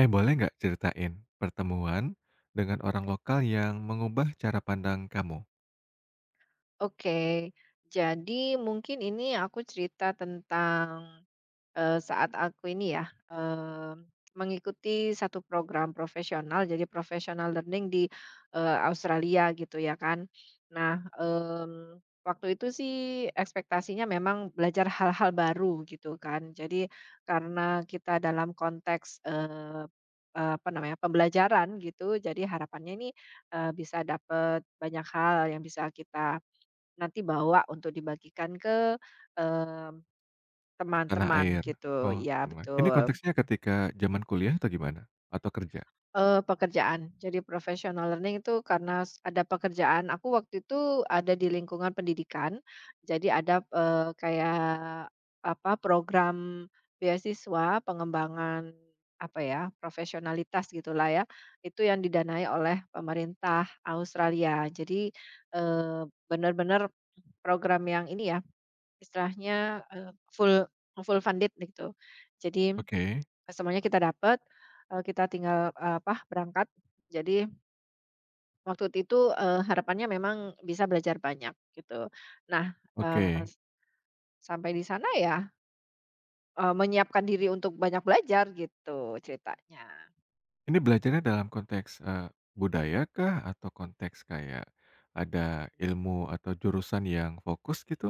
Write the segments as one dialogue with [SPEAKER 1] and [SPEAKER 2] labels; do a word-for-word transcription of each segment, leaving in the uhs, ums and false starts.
[SPEAKER 1] Eh, boleh nggak ceritain pertemuan dengan orang lokal yang mengubah cara pandang kamu?
[SPEAKER 2] Oke, jadi mungkin ini aku cerita tentang, eee, saat aku ini ya, mmm, mengikuti satu program profesional, jadi professional learning di, eee, Australia gitu ya kan. Nah, mmm, waktu itu sih ekspektasinya memang belajar hal-hal baru gitu kan. Jadi karena kita dalam konteks, eee apa namanya, pembelajaran gitu, jadi harapannya ini, eee, bisa dapat banyak hal yang bisa kita nanti bawa untuk dibagikan ke, mmm,
[SPEAKER 1] Tanah
[SPEAKER 2] teman-teman
[SPEAKER 1] air.
[SPEAKER 2] gitu,
[SPEAKER 1] Oh,
[SPEAKER 2] ya
[SPEAKER 1] teman. Ini
[SPEAKER 2] betul.
[SPEAKER 1] konteksnya ketika zaman kuliah atau gimana? Atau kerja?
[SPEAKER 2] Eee, pekerjaan, jadi professional learning itu karena s ada pekerjaan aku waktu itu ada di lingkungan pendidikan, jadi ada, eee, kayak apa, program beasiswa pengembangan apa ya, profesionalitas gitulah ya, itu yang didanai oleh pemerintah Australia. Jadi, eee, benar-benar program yang ini ya, istilahnya, eee, full full funded gitu. Jadi,
[SPEAKER 1] Oke,
[SPEAKER 2] semuanya kita dapat, eee, kita tinggal, eee, apa, berangkat. Jadi waktu itu, eee, harapannya memang bisa belajar banyak gitu. Nah, eee,
[SPEAKER 1] oke.
[SPEAKER 2] sampai di sana ya, eee, menyiapkan diri untuk banyak belajar gitu ceritanya.
[SPEAKER 1] Ini belajarnya dalam konteks, eee, budaya kah? Atau konteks kayak ada ilmu atau jurusan yang fokus gitu?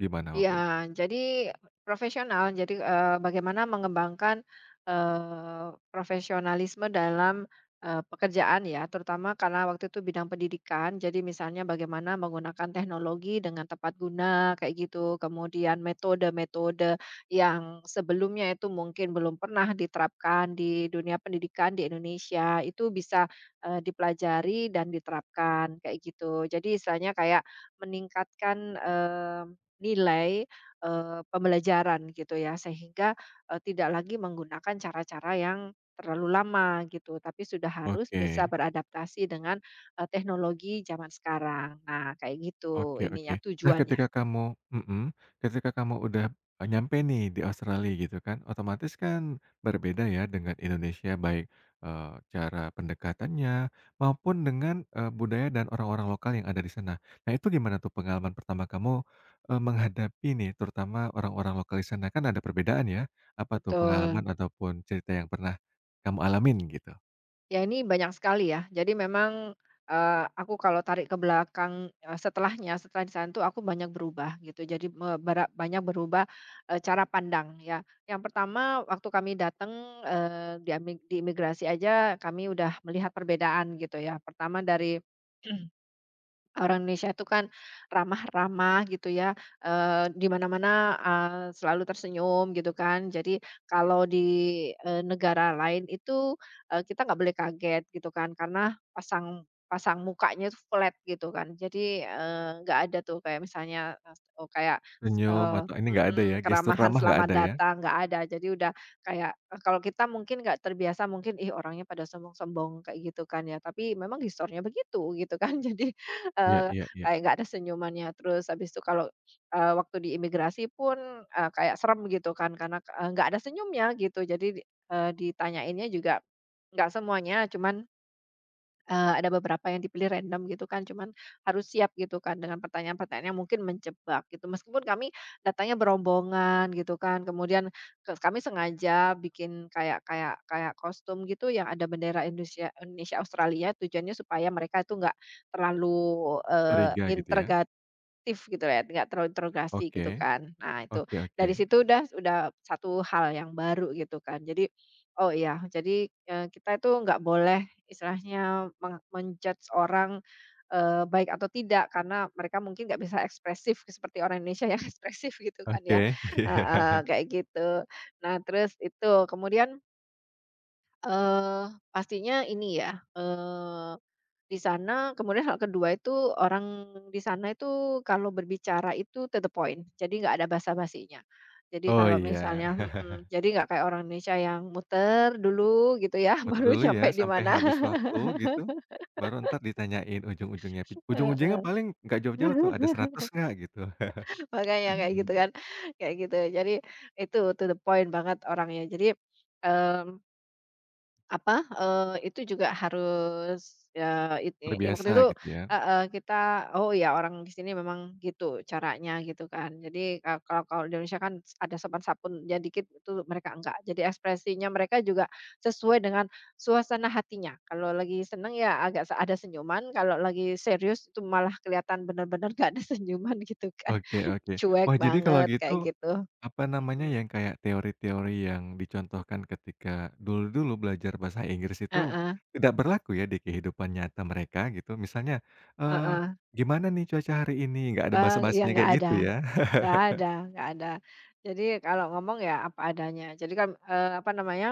[SPEAKER 1] Gimana
[SPEAKER 2] Iya,
[SPEAKER 1] waktu itu?
[SPEAKER 2] jadi profesional. Jadi, eee, bagaimana mengembangkan, eee, profesionalisme dalam, eee, pekerjaan ya, terutama karena waktu itu bidang pendidikan. Jadi misalnya bagaimana menggunakan teknologi dengan tepat guna, kayak gitu. Kemudian metode-metode yang sebelumnya itu mungkin belum pernah diterapkan di dunia pendidikan di Indonesia, itu bisa, eee, dipelajari dan diterapkan, kayak gitu. Jadi istilahnya kayak meningkatkan, mmm nilai, eee, pembelajaran gitu ya sehingga, eee, tidak lagi menggunakan cara-cara yang terlalu lama gitu, tapi sudah harus bisa
[SPEAKER 1] Oke.
[SPEAKER 2] beradaptasi dengan, eee, teknologi zaman sekarang. Nah kayak gitu
[SPEAKER 1] Oke,
[SPEAKER 2] ininya
[SPEAKER 1] oke. Nah,
[SPEAKER 2] tujuannya.
[SPEAKER 1] ketika kamu mhm, ketika kamu udah, eee, nyampe nih di Australia gitu kan, otomatis kan berbeda ya dengan Indonesia baik, eee, cara pendekatannya maupun dengan, eee, budaya dan orang-orang lokal yang ada di sana. Nah, itu gimana tuh pengalaman pertama kamu, eee, menghadapi nih terutama orang-orang lokal di sana? Kan ada perbedaan ya, apa tuh
[SPEAKER 2] Betul.
[SPEAKER 1] pengalaman ataupun cerita yang pernah kamu alamin gitu?
[SPEAKER 2] Ya ini banyak sekali ya. Jadi memang, eee, aku kalau tarik ke belakang, eee, setelahnya, setelah di sana tuh aku banyak berubah gitu. Jadi me bara banyak berubah, eee, cara pandang ya. Yang pertama waktu kami datang, eee, di ami di imigrasi aja kami udah melihat perbedaan gitu ya. Pertama dari orang Indonesia itu kan ramah-ramah gitu ya, eee, di mana-mana, eee, selalu tersenyum gitu kan. Jadi kalau di, eee, negara lain itu, eee, kita nggak boleh kaget gitu kan, karena pasang pasang mukanya itu flat gitu kan. Jadi, eee, nggak ada tuh kayak misalnya, eee, oh kayak,
[SPEAKER 1] Senyum
[SPEAKER 2] eee,
[SPEAKER 1] atau ini nggak ada
[SPEAKER 2] mhm,
[SPEAKER 1] ya, gestur
[SPEAKER 2] keramahan
[SPEAKER 1] ramah nggak
[SPEAKER 2] selamat
[SPEAKER 1] ada ya?
[SPEAKER 2] datang, nggak ada. Jadi udah kayak, eee, kalau kita mungkin nggak terbiasa mungkin, ih orangnya pada sombong-sombong kayak gitu kan ya, tapi memang historinya begitu gitu kan. Jadi
[SPEAKER 1] Iya,
[SPEAKER 2] eee,
[SPEAKER 1] iya, iya,
[SPEAKER 2] kayak nggak ada senyumannya. Terus habis itu kalau, eee, waktu di imigrasi pun, eee, kayak serem gitu kan karena, eee, nggak ada senyumnya gitu. Jadi, eee, ditanyainnya juga nggak semuanya, cuman Eee, ada beberapa yang dipilih random gitu kan, cuman harus siap gitu kan dengan pertanyaan-pertanyaan yang mungkin menjebak gitu. Meskipun kami datangnya berombongan gitu kan, kemudian ke kami sengaja bikin kayak kayak kayak kostum gitu yang ada bendera Indonesia Indonesia, Australia, tujuannya supaya mereka itu nggak terlalu, eee,
[SPEAKER 1] curiga gitu ya?
[SPEAKER 2] aktif gitu ya, nggak terinterogasi
[SPEAKER 1] Oke.
[SPEAKER 2] gitu kan. Nah itu,
[SPEAKER 1] Oke, oke.
[SPEAKER 2] dari situ udah udah satu hal yang baru gitu kan. Jadi, oh iya, jadi, eee, kita itu nggak boleh istilahnya meng men orang, eee, baik atau tidak karena mereka mungkin nggak bisa ekspresif seperti orang Indonesia yang ekspresif gitu kan ya.
[SPEAKER 1] Oke, iya.
[SPEAKER 2] Heeh, kayak gitu. Nah terus itu kemudian, eee, pastinya ini ya, eh, di sana kemudian hal kedua itu orang di sana itu kalau berbicara itu to the point, jadi nggak ada basa-basinya. Jadi
[SPEAKER 1] Oh
[SPEAKER 2] kalau
[SPEAKER 1] iya.
[SPEAKER 2] misalnya mhm, jadi nggak kayak orang Indonesia yang muter dulu gitu ya,
[SPEAKER 1] Makan
[SPEAKER 2] baru
[SPEAKER 1] dulu
[SPEAKER 2] nyampe
[SPEAKER 1] ya
[SPEAKER 2] di
[SPEAKER 1] sampai
[SPEAKER 2] mana.
[SPEAKER 1] habis waktu gitu, baru ntar ditanyain ujung-ujungnya pi ujung-ujungnya
[SPEAKER 2] Heeh.
[SPEAKER 1] paling nggak jauh-jauh tuh, ada seratus nggak gitu.
[SPEAKER 2] Makanya kayak gitu kan, kayak gitu. Jadi itu to the point banget orangnya. Jadi, mmm apa, eee, itu juga harus, eee, it i
[SPEAKER 1] Terbiasa
[SPEAKER 2] waktu itu,
[SPEAKER 1] gitu ya.
[SPEAKER 2] heeh, kita, oh ya orang di sini memang gitu caranya gitu kan. Jadi, eee, kalau kalau di Indonesia kan s ada sopan-santunnya dikit, itu mereka enggak. Jadi ekspresinya mereka juga sesuai dengan suasana hatinya. Kalau lagi seneng ya agak se ada senyuman, kalau lagi serius itu malah kelihatan bener-bener nggak ada senyuman gitu kan.
[SPEAKER 1] Oke, oke.
[SPEAKER 2] Cuek
[SPEAKER 1] Wah, jadi kalau
[SPEAKER 2] banget
[SPEAKER 1] gitu,
[SPEAKER 2] kayak gitu.
[SPEAKER 1] apa namanya,
[SPEAKER 2] Mhm.
[SPEAKER 1] yang kayak teori-teori yang dicontohkan ketika dulu-dulu belajar bahasa Inggris itu,
[SPEAKER 2] Heeh,
[SPEAKER 1] tidak berlaku ya di kehidupan nyata mereka gitu? Misalnya, eee,
[SPEAKER 2] heeh.
[SPEAKER 1] "Gimana nih cuaca hari ini?" Nggak ada
[SPEAKER 2] Eee, iya
[SPEAKER 1] basa-basinya
[SPEAKER 2] nggak
[SPEAKER 1] kayak
[SPEAKER 2] ada.
[SPEAKER 1] gitu ya?
[SPEAKER 2] Nggak ada, nggak ada. Jadi kalau ngomong ya apa adanya. Jadi kan, eee, apa namanya,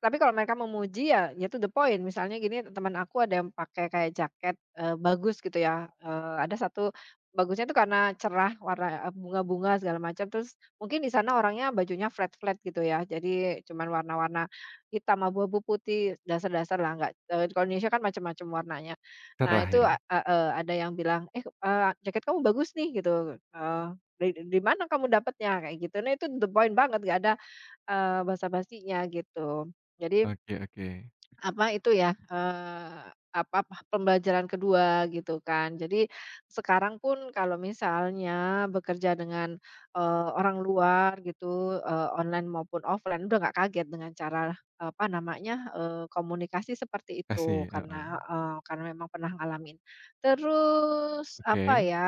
[SPEAKER 2] tapi kalau mereka memuji, ya ya to the point. Misalnya gini, teman aku ada yang pakai kayak jaket, eee, bagus gitu ya, eee, ada satu bagusnya itu karena cerah warna, eee, bunga-bunga segala macam, terus mungkin di sana orangnya bajunya flat-flat gitu ya, jadi cuman warna-warna hitam, abu-abu, putih, dasar dasar lah nggak eee, kalau Indonesia kan macam-macam warnanya. Nah
[SPEAKER 1] Cerah
[SPEAKER 2] itu,
[SPEAKER 1] ya?
[SPEAKER 2] a heeh, ada yang bilang, "Eh, eee, jaket kamu bagus nih," gitu, eee di di mana kamu dapatnya? Kayak gitu. Nah, itu the point banget, nggak ada, eee, basa-basinya gitu. Jadi,
[SPEAKER 1] Oke, oke.
[SPEAKER 2] apa itu ya, eee, apa pa pembelajaran kedua gitu kan. Jadi, sekarang pun kalau misalnya bekerja dengan, eee, orang luar gitu, eee, online maupun offline, udah nggak kaget dengan cara, apa namanya, eee, komunikasi seperti itu
[SPEAKER 1] Kasih, heeh.
[SPEAKER 2] karena, eee, karena memang pernah ngalamin. Terus, apa
[SPEAKER 1] Oke.
[SPEAKER 2] ya,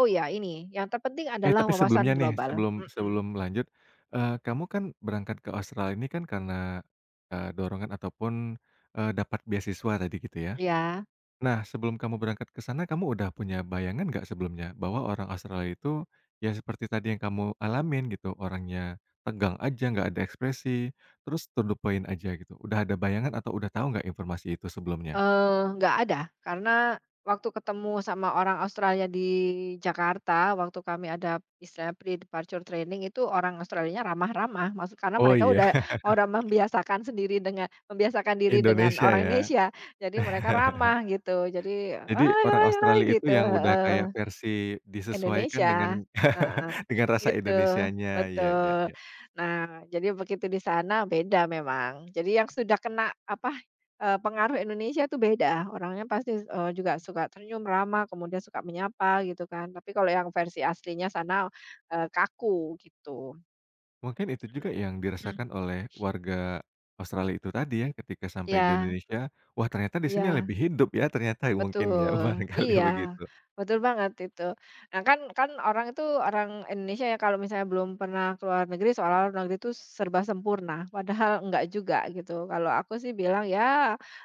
[SPEAKER 2] oh ya ini, yang terpenting
[SPEAKER 1] Eh,
[SPEAKER 2] adalah
[SPEAKER 1] tapi sebelumnya
[SPEAKER 2] wawasan
[SPEAKER 1] nih,
[SPEAKER 2] global.
[SPEAKER 1] sebelum
[SPEAKER 2] Mhm,
[SPEAKER 1] sebelum lanjut, eee, kamu kan berangkat ke Australia ini kan karena, eee, dorongan ataupun, eee, dapat beasiswa tadi gitu ya?
[SPEAKER 2] iya.
[SPEAKER 1] Nah, sebelum kamu berangkat ke sana, kamu udah punya bayangan nggak sebelumnya bahwa orang Australia itu ya seperti tadi yang kamu alamin gitu, orangnya tegang aja, nggak ada ekspresi, terus to the point aja gitu. Udah ada bayangan atau udah tahu nggak informasi itu sebelumnya?
[SPEAKER 2] Eee, nggak ada, karena waktu ketemu sama orang Australia di Jakarta, waktu kami ada istilah pre-departure training itu orang Australianya ramah-ramah, maksud karena
[SPEAKER 1] Oh
[SPEAKER 2] mereka
[SPEAKER 1] iya,
[SPEAKER 2] udah orang membiasakan sendiri dengan membiasakan diri dengan
[SPEAKER 1] Indonesia
[SPEAKER 2] orang
[SPEAKER 1] ya?
[SPEAKER 2] Indonesia, jadi mereka ramah gitu, jadi,
[SPEAKER 1] Jadi
[SPEAKER 2] "Hai
[SPEAKER 1] orang
[SPEAKER 2] hai hai,"
[SPEAKER 1] Australia itu
[SPEAKER 2] gitu,
[SPEAKER 1] yang udah kayak versi disesuaikan dengan
[SPEAKER 2] Indonesia, heeh,
[SPEAKER 1] dengan rasa
[SPEAKER 2] gitu,
[SPEAKER 1] Indonesianya, iya, iya,
[SPEAKER 2] betul.
[SPEAKER 1] iya.
[SPEAKER 2] Nah, jadi begitu di sana beda memang. Jadi yang sudah kena apa, eee, pengaruh Indonesia tuh beda, orangnya pasti, eee, juga suka tersenyum, ramah, kemudian suka menyapa gitu kan. Tapi kalau yang versi aslinya sana, eee, kaku gitu.
[SPEAKER 1] Mungkin itu juga yang
[SPEAKER 2] Mmm.
[SPEAKER 1] dirasakan oleh warga Australia itu tadi ya, ketika sampai di
[SPEAKER 2] Iya,
[SPEAKER 1] Indonesia, "Wah, ternyata di sini
[SPEAKER 2] iya.
[SPEAKER 1] lebih hidup ya ternyata," mungkin ya,
[SPEAKER 2] Betul,
[SPEAKER 1] barangkali
[SPEAKER 2] iya,
[SPEAKER 1] begitu.
[SPEAKER 2] betul banget itu. Nah, kan kan orang itu, orang Indonesia ya kalau misalnya belum pernah ke luar negeri seolah luar negeri itu serba sempurna, padahal enggak juga gitu. Kalau aku sih bilang, ya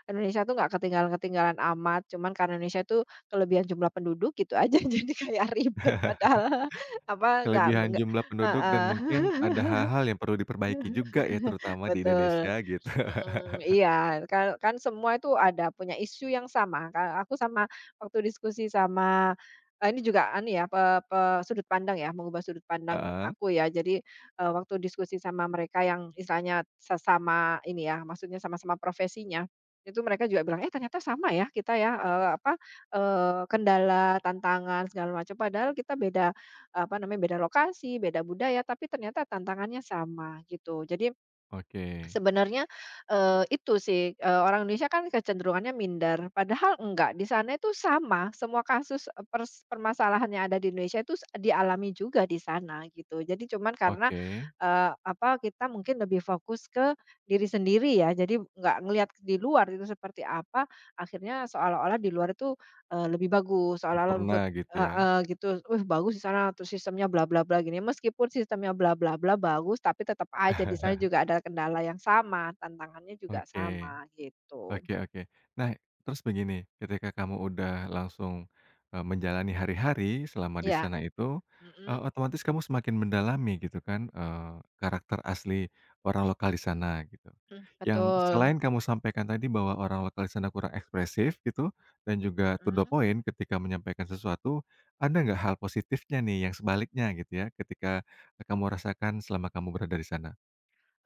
[SPEAKER 2] Indonesia tuh enggak ketinggalan-ketinggalan amat, cuman karena Indonesia itu kelebihan jumlah penduduk gitu aja jadi kayak ribet padahal, apa, enggak,
[SPEAKER 1] Kelebihan
[SPEAKER 2] enggak.
[SPEAKER 1] jumlah penduduk dan
[SPEAKER 2] Heeh,
[SPEAKER 1] mungkin ada hal-hal yang perlu diperbaiki juga ya, terutama di
[SPEAKER 2] betul.
[SPEAKER 1] Indonesia gitu.
[SPEAKER 2] Mhm, iya, kal kan semua itu ada punya isu yang sama, kalau aku sama waktu diskusi sama eee, ini juga anu ya, pe pe sudut pandang ya, mengubah sudut pandang
[SPEAKER 1] Heeh,
[SPEAKER 2] aku ya. Jadi, eee, waktu diskusi sama mereka yang istilahnya sesama ini ya, maksudnya sama-sama profesinya, itu mereka juga bilang, "Eh, ternyata sama ya kita ya," eee, apa, eee, "kendala, tantangan, segala macam." Padahal kita beda, apa namanya, beda lokasi, beda budaya, tapi ternyata tantangannya sama, gitu. Jadi
[SPEAKER 1] oke,
[SPEAKER 2] sebenarnya, eee, itu sih, eee, orang Indonesia kan kecenderungannya minder, padahal enggak, di sana itu sama, semua kasus, eee, pers permasalahan yang ada di Indonesia itu s dialami juga di sana gitu. Jadi cuman karena,
[SPEAKER 1] oke,
[SPEAKER 2] eee, apa, kita mungkin lebih fokus ke diri sendiri ya, jadi nggak ngelihat di luar itu seperti apa, akhirnya seolah-olah di luar itu, eee, lebih bagus, seolah-olah.
[SPEAKER 1] sempurna gitu ya.
[SPEAKER 2] Heeh, gitu, "Wih, bagus di sana, terus sistemnya bla bla bla gini." Meskipun sistemnya bla bla bla bagus, tapi tetap aja di sana juga ada kendala yang sama, tantangannya juga
[SPEAKER 1] Oke.
[SPEAKER 2] sama, gitu.
[SPEAKER 1] Oke, oke. Nah, terus begini, ketika kamu udah langsung, eee, menjalani hari-hari selama di
[SPEAKER 2] Iya,
[SPEAKER 1] sana itu, eee,
[SPEAKER 2] mhm,
[SPEAKER 1] otomatis kamu semakin mendalami gitu kan, eee, karakter asli orang lokal di sana gitu.
[SPEAKER 2] mmm,
[SPEAKER 1] Yang
[SPEAKER 2] betul,
[SPEAKER 1] selain kamu sampaikan tadi bahwa orang lokal di sana kurang ekspresif gitu, dan juga to the
[SPEAKER 2] mhm.
[SPEAKER 1] point ketika menyampaikan sesuatu, ada nggak hal positifnya nih yang sebaliknya gitu ya, ketika kamu rasakan selama kamu berada di sana?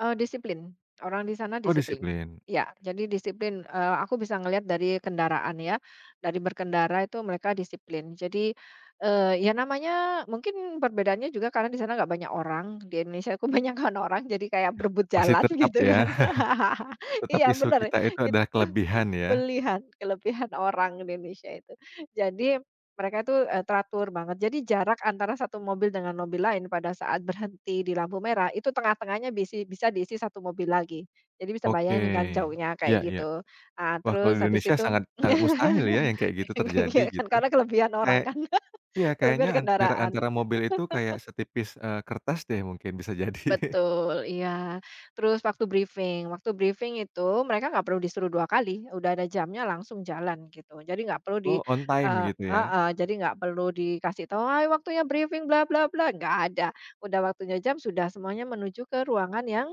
[SPEAKER 2] Eee, disiplin, orang di sana
[SPEAKER 1] Oh,
[SPEAKER 2] disiplin.
[SPEAKER 1] disiplin,
[SPEAKER 2] Ya jadi disiplin, eee, aku bisa ngelihat dari kendaraan ya, dari berkendara itu mereka disiplin. Jadi, eee, ya namanya mungkin perbedaannya juga karena di sana nggak banyak orang, di Indonesia kebanyakan orang jadi kayak berebut
[SPEAKER 1] masih
[SPEAKER 2] jalan
[SPEAKER 1] tetap
[SPEAKER 2] gitu
[SPEAKER 1] ya?
[SPEAKER 2] kan.
[SPEAKER 1] Tetap
[SPEAKER 2] Iya
[SPEAKER 1] isu
[SPEAKER 2] bener,
[SPEAKER 1] kita itu
[SPEAKER 2] itu
[SPEAKER 1] adalah kelebihan ya?
[SPEAKER 2] belihan, kelebihan orang Indonesia itu. Jadi mereka itu, eee, teratur banget. Jadi jarak antara satu mobil dengan mobil lain pada saat berhenti di lampu merah, itu tengah-tengahnya bisa bisa diisi satu mobil lagi. Jadi bisa
[SPEAKER 1] Oke.
[SPEAKER 2] bayangin kan jauhnya
[SPEAKER 1] Iya,
[SPEAKER 2] kayak
[SPEAKER 1] iya.
[SPEAKER 2] gitu. Ah,
[SPEAKER 1] Wah, kalau
[SPEAKER 2] terus
[SPEAKER 1] di
[SPEAKER 2] habis
[SPEAKER 1] Indonesia
[SPEAKER 2] itu
[SPEAKER 1] sangat sangat mustahil ya yang kayak gitu terjadi
[SPEAKER 2] ya kan
[SPEAKER 1] gitu.
[SPEAKER 2] karena kelebihan orang
[SPEAKER 1] Kayak
[SPEAKER 2] kan,
[SPEAKER 1] iya kayaknya
[SPEAKER 2] kelebihan
[SPEAKER 1] an jarak
[SPEAKER 2] kendaraan.
[SPEAKER 1] antara mobil itu kayak setipis, eee, kertas deh mungkin bisa jadi.
[SPEAKER 2] Betul, iya. Terus waktu briefing, waktu briefing itu mereka nggak perlu disuruh dua kali, udah ada jamnya langsung jalan gitu. Jadi nggak perlu di
[SPEAKER 1] Oh, on time
[SPEAKER 2] eee,
[SPEAKER 1] gitu ya?
[SPEAKER 2] heeh, jadi nggak perlu dikasih tahu, "Hai, waktunya briefing bla bla bla," nggak ada. Udah waktunya jam, sudah semuanya menuju ke ruangan yang,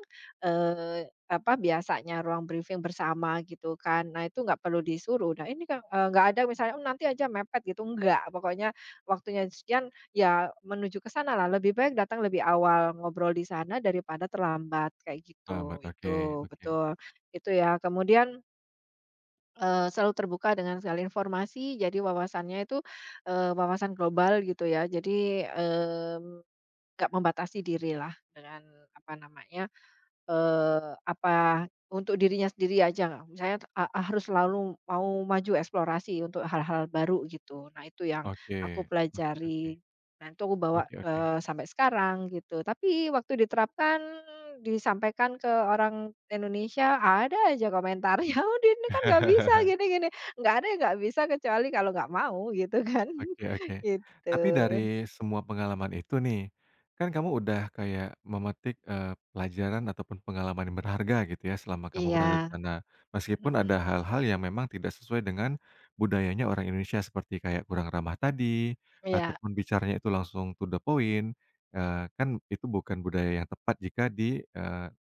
[SPEAKER 2] eee, apa, biasanya ruang briefing bersama gitu kan. Nah, itu nggak perlu disuruh. Nah, ini kan, eee, nggak ada misalnya, "Oh, nanti aja mepet," gitu, nggak. Pokoknya waktunya sekian. Ya, menuju ke sana lah, lebih baik datang lebih awal, ngobrol di sana daripada terlambat, kayak gitu.
[SPEAKER 1] Lambat, oke,
[SPEAKER 2] Itu,
[SPEAKER 1] oke.
[SPEAKER 2] betul, itu ya. Kemudian, eee, selalu terbuka dengan segala informasi, jadi wawasannya itu, eee, wawasan global gitu ya. Jadi, mmm, nggak membatasi diri lah dengan, apa namanya. Eee, apa, untuk dirinya sendiri aja, misalnya a a- harus selalu mau maju eksplorasi untuk hal-hal baru gitu. Nah itu yang
[SPEAKER 1] Oke.
[SPEAKER 2] aku
[SPEAKER 1] Oke, oke.
[SPEAKER 2] pelajari. Nah itu aku bawa,
[SPEAKER 1] Oke, oke.
[SPEAKER 2] eee, sampai sekarang gitu. Tapi waktu diterapkan, disampaikan ke orang Indonesia, ada aja komentarnya, "Oh dia ini kan nggak bisa gini gini." Nggak ada yang nggak bisa kecuali kalau nggak mau gitu kan,
[SPEAKER 1] Oke, oke.
[SPEAKER 2] gitu.
[SPEAKER 1] Tapi dari semua pengalaman itu nih, kan kamu udah kayak memetik, eee, pelajaran ataupun pengalaman yang berharga gitu ya selama kamu berada di
[SPEAKER 2] Iya,
[SPEAKER 1] sana. Meskipun ada
[SPEAKER 2] mhm,
[SPEAKER 1] hal-hal yang memang tidak sesuai dengan budayanya orang Indonesia seperti kayak kurang ramah tadi,
[SPEAKER 2] iya,
[SPEAKER 1] ataupun bicaranya itu langsung to the point, eee, kan itu bukan budaya yang tepat jika diterapkan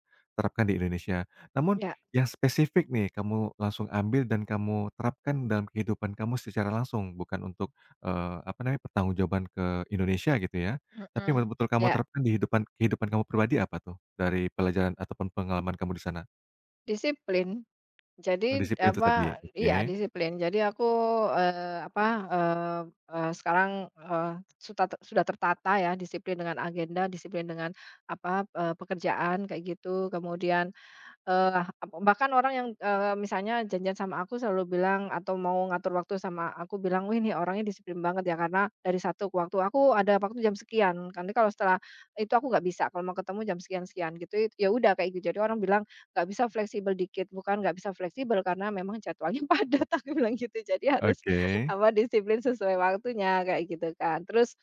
[SPEAKER 1] di Indonesia. Namun
[SPEAKER 2] iya,
[SPEAKER 1] yang spesifik nih kamu langsung ambil dan kamu terapkan dalam kehidupan kamu secara langsung, bukan untuk eee, apa namanya, pertanggungjawaban ke Indonesia gitu ya, tapi
[SPEAKER 2] mhm,
[SPEAKER 1] yang betul-betul kamu
[SPEAKER 2] iya,
[SPEAKER 1] terapkan di hidupan kehidupan kamu pribadi apa tuh? Dari pelajaran ataupun pengalaman kamu di sana?
[SPEAKER 2] disiplin.
[SPEAKER 1] Oh,
[SPEAKER 2] Jadi
[SPEAKER 1] disiplin itu tadi,
[SPEAKER 2] apa,
[SPEAKER 1] oke,
[SPEAKER 2] iya disiplin. Jadi aku, eee, apa, eee eee, sekarang, eee, suta sudah tertata ya, disiplin dengan agenda, disiplin dengan apa, eee, pekerjaan kayak gitu, kemudian, Eee, ap bahkan orang yang, eee, misalnya janjian sama aku selalu bilang atau mau ngatur waktu sama aku bilang, "Wih, ini orangnya disiplin banget ya karena dari satu ke waktu, aku ada waktu jam sekian, nanti kalau setelah itu aku nggak bisa, kalau mau ketemu jam sekian-sekian," gitu. Ya udah kayak gitu, jadi orang bilang, "Nggak bisa fleksibel dikit," bukan nggak bisa fleksibel karena memang jadwalnya padat, aku bilang gitu. Jadi harus
[SPEAKER 1] oke.
[SPEAKER 2] apa, disiplin sesuai waktunya kayak gitu kan. Terus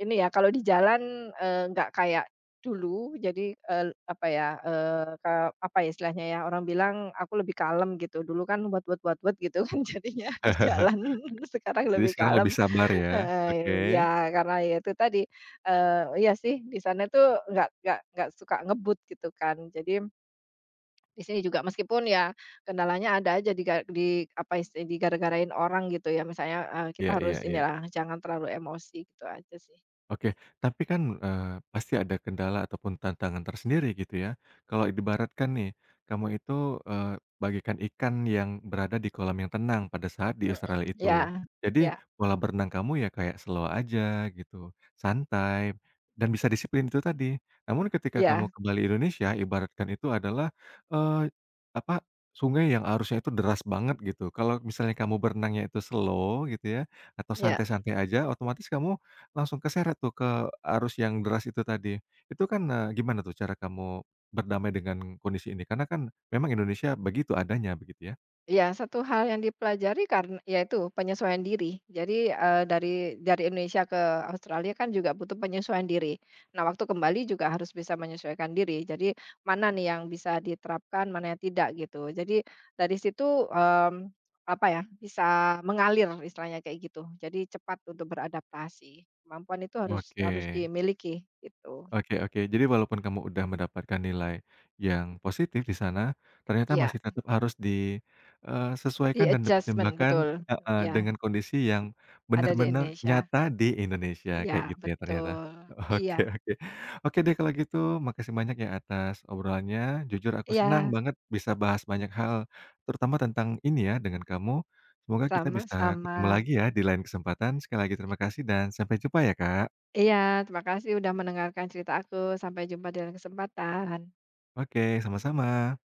[SPEAKER 2] ini ya, kalau di jalan, eee, nggak kayak dulu. Jadi, eee, apa ya, eee, ke apa ya istilahnya ya, orang bilang aku lebih kalem gitu, dulu kan buat-buat-buat-buat gitu kan, jadinya di jalan, sekarang
[SPEAKER 1] Jadi
[SPEAKER 2] lebih
[SPEAKER 1] sekarang
[SPEAKER 2] kalem,
[SPEAKER 1] lebih sabar ya?
[SPEAKER 2] heeh, ya
[SPEAKER 1] Oke.
[SPEAKER 2] karena ya itu tadi, eee, iya sih di sana tuh nggak nggak nggak suka ngebut gitu kan. Jadi di sini juga meskipun ya kendalanya ada aja diga di apa isti digara-garain orang gitu ya misalnya, eee, kita
[SPEAKER 1] Iya,
[SPEAKER 2] harus
[SPEAKER 1] iya, iya.
[SPEAKER 2] inilah jangan terlalu emosi gitu aja sih.
[SPEAKER 1] Oke, tapi kan, eee, pasti ada kendala ataupun tantangan tersendiri gitu ya. Kalau diibaratkan nih, kamu itu, eee, bagaikan ikan yang berada di kolam yang tenang pada saat di Australia
[SPEAKER 2] Mhm,
[SPEAKER 1] itu.
[SPEAKER 2] ya, ya,
[SPEAKER 1] Jadi pola berenang kamu ya kayak slow aja gitu, santai, dan bisa disiplin itu tadi. Namun, ketika
[SPEAKER 2] iya,
[SPEAKER 1] kamu ke Bali Indonesia, ibaratkan itu adalah, eee, apa, sungai yang arusnya itu deras banget gitu. Kalau misalnya kamu berenangnya itu slow gitu ya, atau
[SPEAKER 2] iya.
[SPEAKER 1] santai-santai aja, otomatis kamu langsung keseret tuh ke arus yang deras itu tadi. Itu kan, eee, gimana tuh cara kamu berdamai dengan kondisi ini? Karena kan memang Indonesia begitu adanya begitu ya?
[SPEAKER 2] Iya, satu hal yang dipelajari karena yaitu penyesuaian diri. Jadi, eee, dari dari Indonesia ke Australia kan juga butuh penyesuaian diri. Nah, waktu kembali juga harus bisa menyesuaikan diri. Jadi, mana nih yang bisa diterapkan, mana yang tidak gitu. Jadi, dari situ, mmm, apa ya, bisa mengalir istilahnya kayak gitu. Jadi cepat untuk beradaptasi. Kemampuan itu harus
[SPEAKER 1] Oke.
[SPEAKER 2] harus dimiliki gitu.
[SPEAKER 1] Oke, oke. Jadi walaupun kamu udah mendapatkan nilai yang positif di sana, ternyata
[SPEAKER 2] Iya,
[SPEAKER 1] masih tetap harus disesuaikan dan
[SPEAKER 2] di-adjustment
[SPEAKER 1] dipertimbangkan
[SPEAKER 2] betul.
[SPEAKER 1] heeh,
[SPEAKER 2] Iya,
[SPEAKER 1] dengan kondisi yang
[SPEAKER 2] ada di
[SPEAKER 1] benar-benar
[SPEAKER 2] Indonesia.
[SPEAKER 1] nyata di Indonesia,
[SPEAKER 2] Iya,
[SPEAKER 1] kayak gitu ya ternyata?
[SPEAKER 2] betul. Iya.
[SPEAKER 1] Oke, oke. Oke deh kalau gitu, makasih banyak ya atas obrolannya. Jujur aku senang
[SPEAKER 2] Iya,
[SPEAKER 1] banget bisa bahas banyak hal, terutama tentang ini ya, dengan kamu. Semoga kita bisa
[SPEAKER 2] sama-sama.
[SPEAKER 1] ketemu lagi ya di lain kesempatan. Sekali lagi terima kasih dan sampai jumpa ya, Kak.
[SPEAKER 2] Iya, terima kasih udah mendengarkan cerita aku. Sampai jumpa di lain kesempatan.
[SPEAKER 1] Oke, sama-sama.